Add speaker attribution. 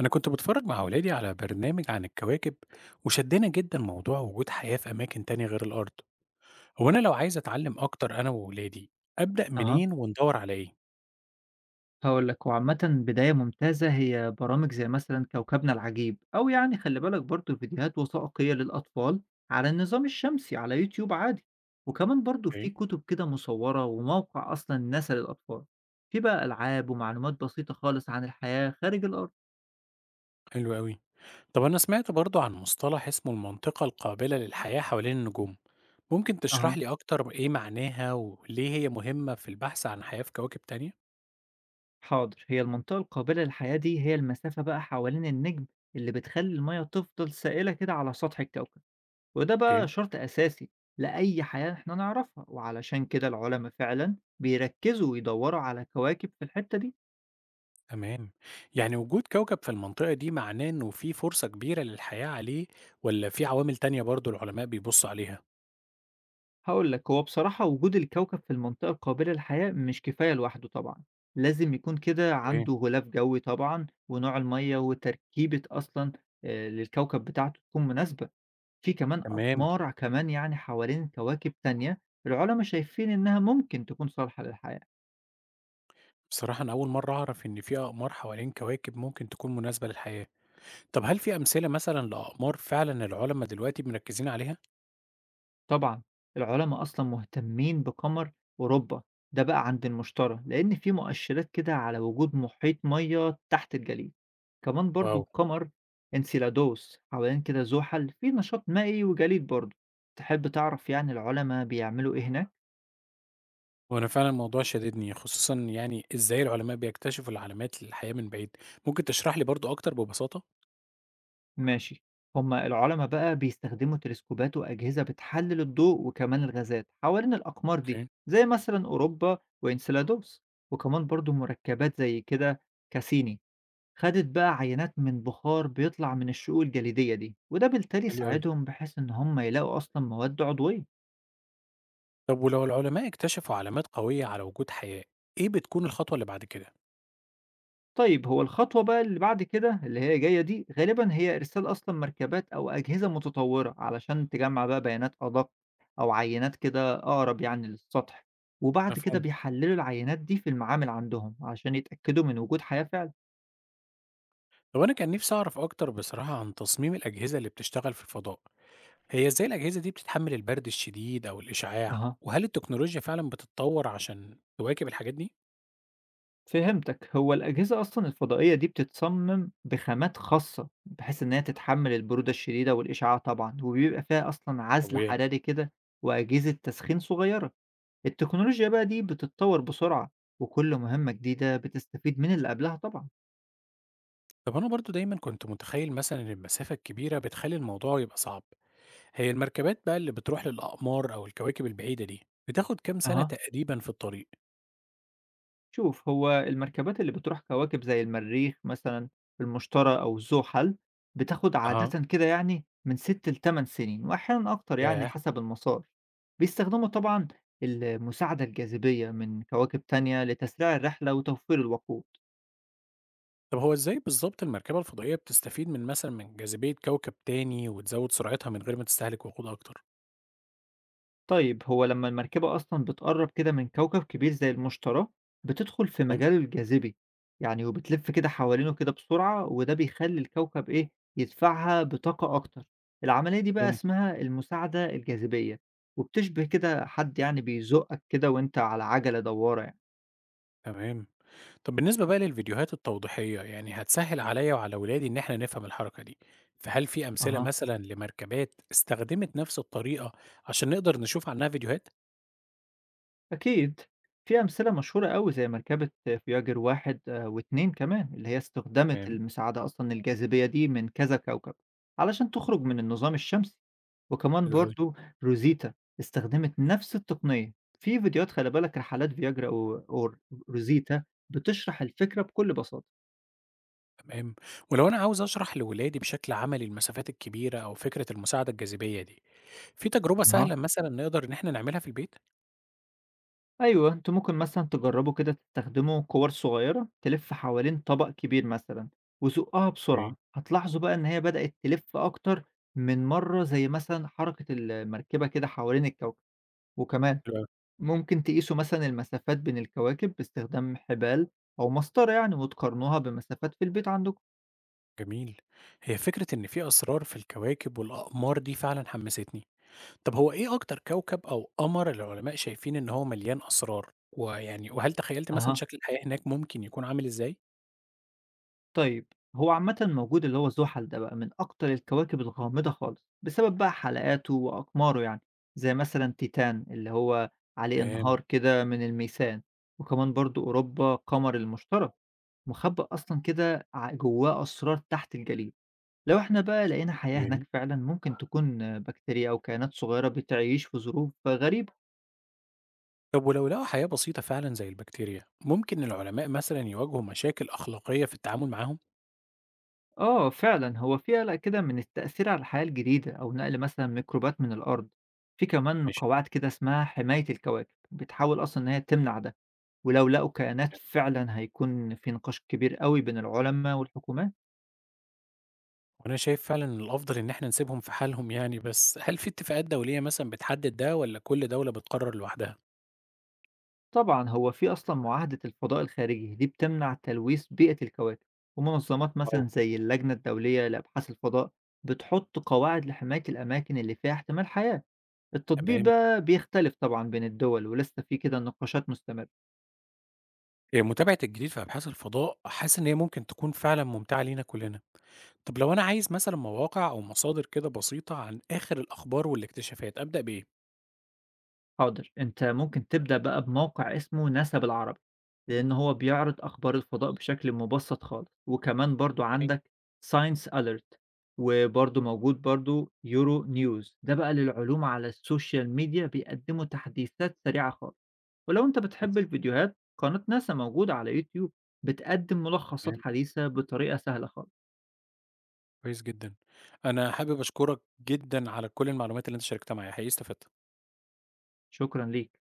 Speaker 1: أنا كنت بتفرج مع ولادي على برنامج عن الكواكب، وشدنا جدا موضوع وجود حياة في أماكن تانية غير الأرض. هو أنا لو عايز أتعلم أكتر أنا وولادي أبدأ
Speaker 2: أها،
Speaker 1: منين وندور على إيه؟
Speaker 2: هاقول لك هو عامةً بداية ممتازة هي برامج زي مثلًا كوكبنا العجيب، أو يعني خلّي بالك برضه فيديوهات وثائقية للأطفال على النظام الشمسي على يوتيوب عادي، وكمان برضه في
Speaker 1: إيه؟
Speaker 2: كتب كده مصورة وموقع أصلًا ناسا للأطفال، في بقى ألعاب ومعلومات بسيطة خالص عن الحياة خارج الأرض.
Speaker 1: حلو أوي. طب أنا سمعت برضو عن مصطلح اسمه المنطقة القابلة للحياة حوالين النجوم، ممكن تشرح
Speaker 2: أها،
Speaker 1: لي أكتر إيه معناها وليه هي مهمة في البحث عن حياة في كواكب تانية؟
Speaker 2: حاضر، هي المنطقة القابلة للحياة دي هي المسافة بقى حوالين النجم اللي بتخلّي المَيَّة تفضل سائلة كده على سطح الكوكب. وده
Speaker 1: أوكي.
Speaker 2: بقى شرط أساسي لأي حياة إحنا نعرفها، وعلشان كده العلماء فعلا بيركزوا ويدوروا على كواكب في الحتة دي.
Speaker 1: تمام. يعني وجود كوكب في المنطقة دي معناه إنه في فرصة كبيرة للحياة عليه، ولا في عوامل تانية برضو العلماء بيبصوا عليها؟
Speaker 2: هقول لك هو بصراحة وجود الكوكب في المنطقة القابلة للحياة مش كفاية لوحده طبعا، لازم يكون كده عنده غلاف جوي طبعا، ونوع المية وتركيبة أصلا للكوكب بتاعته تكون مناسبة. في كمان
Speaker 1: تمام.
Speaker 2: أقمار كمان يعني حوالين كواكب تانية العلماء شايفين إنها ممكن تكون صالحة للحياة.
Speaker 1: بصراحة أنا أول مرة أعرف إن في أقمار حوالين كواكب ممكن تكون مناسبة للحياة. طب هل في أمثلة مثلا لأقمار فعلا العلماء دلوقتي مركزين عليها؟
Speaker 2: طبعًا، العُلماء أصلًا مهتمين بقمر أوروبا، ده بقى عند المشتري، لإن في مؤشرات كده على وجود محيط مَيّة تحت الجليد، كمان برضه
Speaker 1: واو.
Speaker 2: القمر إنسيلادوس حوالين كده زُحل فيه نشاط مائي وجليد برضه. تحب تعرف يعني العُلما بيعملوا إيه هناك؟
Speaker 1: وأنا فعلا الموضوع شددني، خصوصا يعني إزاي العلماء بيكتشفوا العلامات للحياة من بعيد. ممكن تشرح لي برضو أكتر ببساطة؟
Speaker 2: ماشي، هم العُلما بقى بيستخدموا تلسكوبات وأجهزة بتحلل الضوء وكمان الغازات حوالين الأقمار دي،
Speaker 1: اوكي.
Speaker 2: زي مثلًا أوروبا وإنسيلادوس، وكمان برضه مركبات زي كده كاسيني خدت بقى عينات من بخار بيطلع من الشقوق الجليدية دي، وده بالتالي
Speaker 1: حلو قوي.
Speaker 2: ساعدهم بحيث إن هم يلاقوا أصلا مواد عضوية.
Speaker 1: طب ولو العلماء اكتشفوا علامات قوية على وجود حياة، إيه بتكون الخطوة اللي بعد كده؟
Speaker 2: طيب هو الخطوة بقى اللي بعد كده اللي هي جاية دي غالبا هي إرسال أصلا مركبات أو أجهزة متطورة علشان تجمع بقى بيانات أدق، أو عينات كده أقرب يعني للسطح، وبعد كده
Speaker 1: مفهوم.
Speaker 2: بيحللوا العينات دي في المعامل عندهم عشان يتأكدوا من وجود حياة فعلا.
Speaker 1: طب أنا كان نفسي أعرف أكتر بصراحة عن تصميم الأجهزة اللي بتشتغل في الفضاء. هي إزاي الأجهزة دي بتتحمل البرد الشديد أو الإشعاع؟
Speaker 2: أها،
Speaker 1: وهل التكنولوجيا فعلا بتتطور عشان تواكب الحاجات دي؟
Speaker 2: فهمتك، هو الأجهزة أصلًا الفضائية دي بتتصمم بخامات خاصة، بحيث إن هي تتحمل البرودة الشديدة والإشعاع طبعًا، وبيبقى فيها أصلًا عزل
Speaker 1: طبيعي.
Speaker 2: حراري كده وأجهزة تسخين صغيرة، التكنولوجيا بقى دي بتتطور بسرعة، وكل مهمة جديدة بتستفيد من اللي قبلها طبعًا.
Speaker 1: طب أنا برضو دايما كنت متخيل مثلا إن المسافة الكبيرة بتخلي الموضوع يبقى صعب. هي المركبات بقى اللي بتروح للأقمار أو الكواكب البعيدة دي بتاخد كام سنة
Speaker 2: أها.
Speaker 1: تقريبا في الطريق؟
Speaker 2: شوف هو المركبات اللي بتروح كواكب زي المريخ مثلا، المشتري أو زحل بتاخد
Speaker 1: أها.
Speaker 2: عادة كده يعني من 6 ل 8 سنين وأحيانا أكتر يعني
Speaker 1: ياه.
Speaker 2: حسب المسار. بيستخدموا طبعا المساعدة الجاذبية من كواكب تانية لتسريع الرحلة وتوفير الوقود.
Speaker 1: طب هو إزاي بالظبط المركبة الفضائية بتستفيد من مثلا من جاذبية كوكب تاني وتزود سرعتها من غير ما تستهلك وقود أكتر؟
Speaker 2: طيب هو لما المركبة أصلًا بتقرّب كده من كوكب كبير زي المشتري، بتدخل في
Speaker 1: تمام.
Speaker 2: مجاله الجاذبي، يعني وبتلف كده حوالينه كده بسرعة، وده بيخلّي الكوكب إيه، يدفعها بطاقة أكتر. العملية دي بقى
Speaker 1: يوم.
Speaker 2: اسمها المساعدة الجاذبية، وبتشبه كده حد يعني بيزُقّك كده وأنت على عجلة دوّارة يعني.
Speaker 1: تمام. طب بالنسبة بقى للفيديوهات التوضيحية يعني هتسهل عليا وعلى ولادي إن إحنا نفهم الحركة دي، فهل في أمثلة
Speaker 2: أها.
Speaker 1: مثلا لمركبات استخدمت نفس الطريقة عشان نقدر نشوف عنها فيديوهات؟
Speaker 2: أكيد في أمثلة مشهورة أوي زي مركبة فياجر 1 و2 كمان اللي هي استخدمت
Speaker 1: تمام.
Speaker 2: المساعدة أصلا الجاذبية دي من كذا كوكب علشان تخرج من النظام الشمسي، وكمان
Speaker 1: حلو أوي.
Speaker 2: برضو روزيتا استخدمت نفس التقنية. في فيديوهات خلي بالك رحلات فياجرا أو روزيتا بتشرح الفكرة بكل بساطة.
Speaker 1: تمام. ولو أنا عاوز أشرح لولادي بشكل عملي المسافات الكبيرة أو فكرة المساعدة الجاذبية دي، في تجربة سهلة مثلا نقدر إن إحنا نعملها في البيت؟
Speaker 2: أيوه، أنتم ممكن مثلًا تجرّبوا كده تستخدموا كِوَر صغيّرة تلِف حوالين طبق كبير مثلًا وزقّوها
Speaker 1: اوكي.
Speaker 2: بسرعة، هتلاحظوا بقى إن هي بدأت تلِف أكتر من مرّة زي مثلًا حركة المركبة كده حوالين الكوكب، وكمان
Speaker 1: حلو أوي.
Speaker 2: ممكن تقيسوا مثلًا المسافات بين الكواكب باستخدام حبال أو مسطرة يعني وتقارنوها بمسافات في البيت عندكم.
Speaker 1: جميل. هي فكرة إن في أسرار في الكواكب والأقمار دي فعلا حمستني. طب هو إيه أكتر كوكب أو قمر العلماء شايفين إن هو مليان أسرار؟ ويعني وهل تخيّلت مثلًا
Speaker 2: أها.
Speaker 1: شكل الحياة هناك ممكن يكون عامل إزاي؟
Speaker 2: طيب هو عامة موجود اللي هو زحل ده بقى من أكتر الكواكب الغامضة خالص بسبب بقى حلقاته وأقماره يعني، زي مثلا تيتان اللي هو عليه
Speaker 1: تمام.
Speaker 2: انهار كده من الميثان، وكمان برضو أوروبا قمر المشتري مخبأ أصلا كده جواه أسرار تحت الجليد. لو احنا بقى لقينا حياة هناك
Speaker 1: أوكي.
Speaker 2: فعلا ممكن تكون بكتيريا أو كائنات صغيرة بتعيش في ظروف غريبة.
Speaker 1: طب ولو لقوا حياة بسيطة فعلًا زي البكتيريا، ممكن العلماء مثلًا يواجهوا مشاكل أخلاقية في التعامل معاهم؟
Speaker 2: آه فعلًا، هو في قلق كده من التأثير على الحياة الجديدة أو نقل مثلًا ميكروبات من الأرض، في كمان
Speaker 1: ماشي.
Speaker 2: قواعد كده اسمها حماية الكواكب، بتحاول أصلًا إن هي تمنع ده، ولو لقوا كائنات
Speaker 1: تمام.
Speaker 2: فعلًا هيكون في نقاش كبير أوي بين العلما والحكومات.
Speaker 1: وأنا شايف فعلًا إن الأفضل إن إحنا نسيبهم في حالهم يعني، بس هل في اتفاقات دولية مثلًا بتحدد ده والّا كل دولة بتقرر لوحدها؟
Speaker 2: طبعًا هو في أصلًا معاهدة الفضاء الخارجي دي بتمنع تلويث بيئة الكواكب، ومنظمات
Speaker 1: آه.
Speaker 2: مثلًا زي اللجنة الدولية لأبحاث الفضاء بتحط قواعد لحماية الأماكن اللي فيها احتمال حياة، التطبيق
Speaker 1: تمام.
Speaker 2: بقى بيختلف طبعًا بين الدول ولسه في كده نقاشات مستمرة.
Speaker 1: هي متابعة الجديد في أبحاث الفضاء حاسس إن هي ممكن تكون فعلًا ممتعة لينا كلنا. طب لو أنا عايز مثلًا مواقع أو مصادر كده بسيطة عن آخر الأخبار والاكتشافات، أبدأ بإيه؟
Speaker 2: حاضر، أنت ممكن تبدأ بقى بموقع اسمه ناسا بالعربي، لإن هو بيعرض أخبار الفضاء بشكل مبسط خالص، وكمان برضه
Speaker 1: إيه.
Speaker 2: عندك Science Alert وبرضه موجود برضه Euro News ده بقى للعلوم على السوشيال ميديا بيقدموا تحديثات سريعة خالص، ولو أنت بتحب
Speaker 1: بس.
Speaker 2: الفيديوهات قناة ناسا موجودة على يوتيوب بتقدم ملخصات
Speaker 1: تمام.
Speaker 2: حديثة بطريقة سهلة خالص.
Speaker 1: كويس جدًا. أنا حابب أشكرك جدًا على كل المعلومات اللي أنت شاركتها معايا، حقيقي استفدت.
Speaker 2: شكرًا ليك.